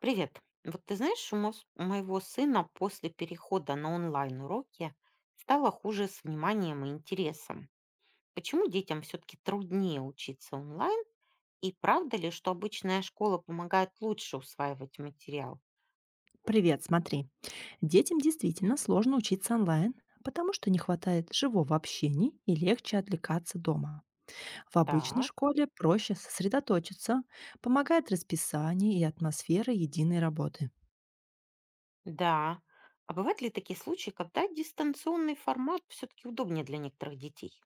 Привет. Вот ты знаешь, у у моего сына после перехода на онлайн-уроки стало хуже с вниманием и интересом. Почему детям все-таки труднее учиться онлайн? И правда ли, что обычная школа помогает лучше усваивать материал? Привет, смотри. Детям действительно сложно учиться онлайн, потому что не хватает живого общения и легче отвлекаться дома. В обычной Так, школе проще сосредоточиться, помогает расписание и атмосфера единой работы. да. А бывают ли такие случаи, когда дистанционный формат все-таки удобнее для некоторых детей?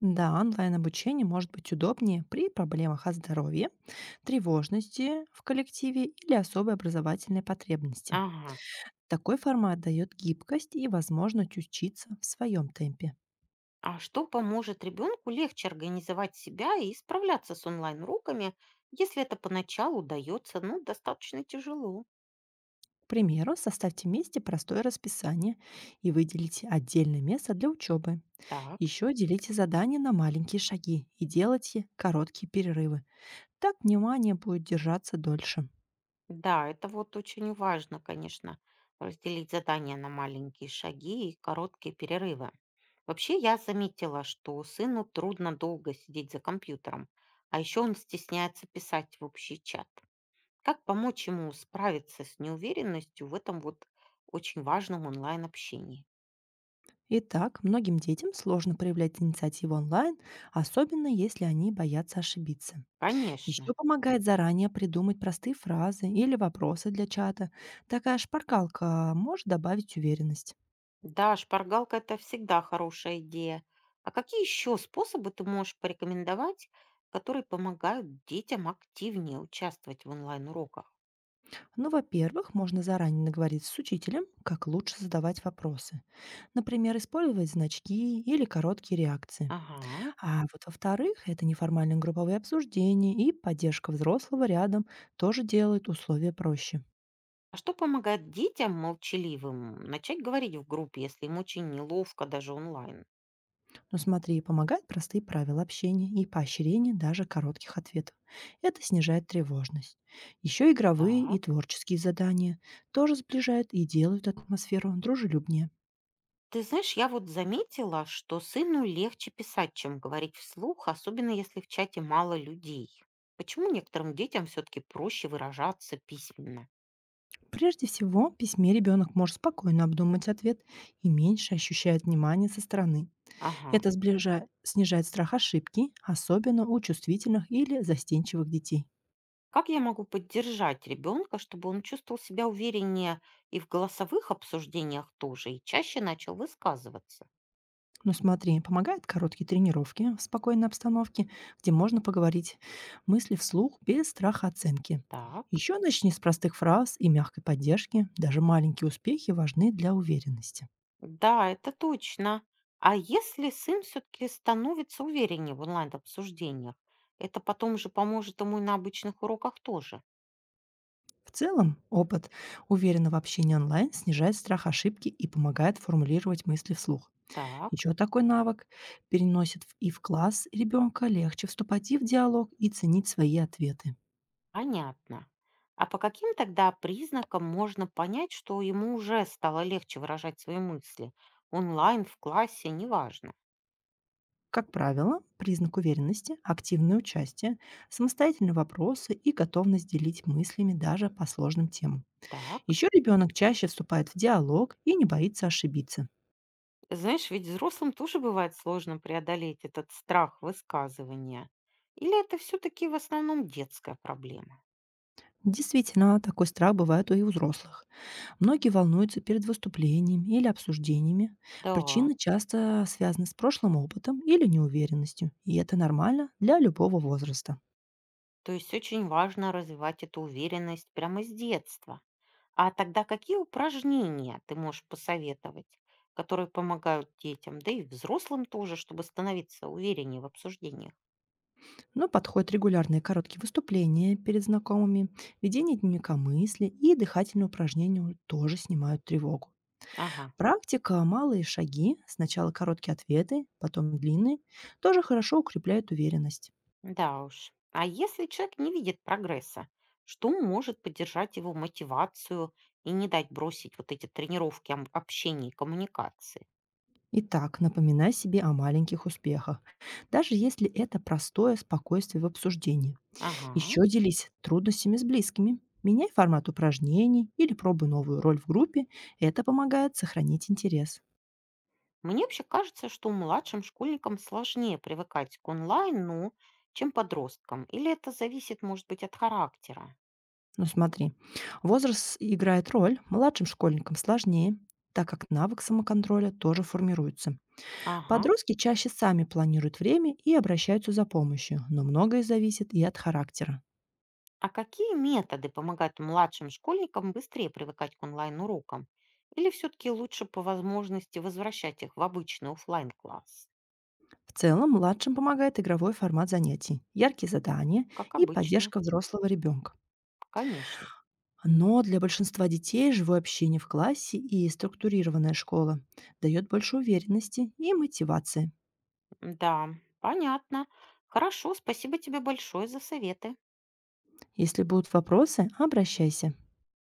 Да, онлайн-обучение может быть удобнее при проблемах о здоровье, тревожности в коллективе или особой образовательной потребности. Ага. Такой формат дает гибкость и возможность учиться в своем темпе. А что поможет ребенку легче организовать себя и справляться с онлайн-уроками, если это поначалу дается, ну, достаточно тяжело? К примеру, составьте вместе простое расписание и выделите отдельное место для учебы. Так, Еще делите задания на маленькие шаги и делайте короткие перерывы. Так внимание будет держаться дольше. да, это вот очень важно, конечно, разделить задания на маленькие шаги и короткие перерывы. Вообще, я заметила, что сыну трудно долго сидеть за компьютером, а еще он стесняется писать в общий чат. Как помочь ему справиться с неуверенностью в этом вот очень важном онлайн-общении? Итак, многим детям сложно проявлять инициативу онлайн, особенно если они боятся ошибиться. Еще Конечно. помогает заранее придумать простые фразы или вопросы для чата. Такая шпаркалка может добавить уверенность. Да, шпаргалка это всегда хорошая идея. А какие еще способы ты можешь порекомендовать, которые помогают детям активнее участвовать в онлайн-уроках? Ну, во-первых, можно заранее наговорить с учителем, как лучше задавать вопросы. Например, использовать значки или короткие реакции. Ага. А вот во-вторых, это неформальные групповые обсуждения и поддержка взрослого рядом тоже делают условия проще. А что помогает детям молчаливым начать говорить в группе, если им очень неловко даже онлайн? Но смотри, помогают простые правила общения и поощрение даже коротких ответов. Это снижает тревожность. Еще игровые и Так. творческие задания тоже сближают и делают атмосферу дружелюбнее. Ты знаешь, я вот заметила, что сыну легче писать, чем говорить вслух, особенно если в чате мало людей. Почему некоторым детям все-таки проще выражаться письменно? Прежде всего, в письме ребенок может спокойно обдумать ответ и меньше ощущает внимания со стороны. Ага. Это снижает страх ошибки, особенно у чувствительных или застенчивых детей. Как я могу поддержать ребенка, чтобы он чувствовал себя увереннее и в голосовых обсуждениях тоже, и чаще начал высказываться? Но смотри, помогают короткие тренировки в спокойной обстановке, где можно поговорить мысли вслух без страха оценки. Так, Еще начни с простых фраз и мягкой поддержки. Даже маленькие успехи важны для уверенности. да, это точно. А если сын все-таки становится увереннее в онлайн-обсуждениях, это потом же поможет ему и на обычных уроках тоже. В целом, опыт уверенного общения онлайн снижает страх ошибки и помогает формулировать мысли вслух. Так, Еще такой навык переносит и в класс ребенка, легче вступать и в диалог, и ценить свои ответы. понятно. А по каким тогда признакам можно понять, что ему уже стало легче выражать свои мысли? Онлайн, в классе, неважно. Как правило, признак уверенности – активное участие, самостоятельные вопросы и готовность делить мыслями даже по сложным темам. Так. Еще ребенок чаще вступает в диалог и не боится ошибиться. Знаешь, ведь взрослым тоже бывает сложно преодолеть этот страх высказывания. Или это все-таки в основном детская проблема? Действительно, такой страх бывает и у взрослых. Многие волнуются перед выступлениями или обсуждениями. Да, Причины часто связаны с прошлым опытом или неуверенностью, и это нормально для любого возраста. то есть очень важно развивать эту уверенность прямо с детства. А тогда какие упражнения ты можешь посоветовать, которые помогают детям, да и взрослым тоже, чтобы становиться увереннее в обсуждениях? Но подходят регулярные короткие выступления перед знакомыми, ведение дневника мысли и дыхательные упражнения тоже снимают тревогу. Ага. Практика, малые шаги, сначала короткие ответы, потом длинные, тоже хорошо укрепляет уверенность. Да уж. А если человек не видит прогресса, что может поддержать его мотивацию и не дать бросить вот эти тренировки общения и коммуникации? Итак, напоминай себе о маленьких успехах, даже если это простое спокойствие в обсуждении. Ага. Еще делись трудностями с близкими. Меняй формат упражнений или пробуй новую роль в группе. Это помогает сохранить интерес. Мне вообще кажется, что младшим школьникам сложнее привыкать к онлайну, чем подросткам. Или это зависит, может быть, от характера? Но смотри, возраст играет роль, младшим школьникам сложнее, так как навык самоконтроля тоже формируется. Ага. Подростки чаще сами планируют время и обращаются за помощью, но многое зависит и от характера. А какие методы помогают младшим школьникам быстрее привыкать к онлайн-урокам? Или все-таки лучше по возможности возвращать их в обычный оффлайн класс. В целом, младшим помогает игровой формат занятий, яркие задания Как и обычно. поддержка взрослого ребенка. Конечно. Но для большинства детей живое общение в классе и структурированная школа дает больше уверенности и мотивации. Да, понятно. Хорошо, спасибо тебе большое за советы. Если будут вопросы, обращайся.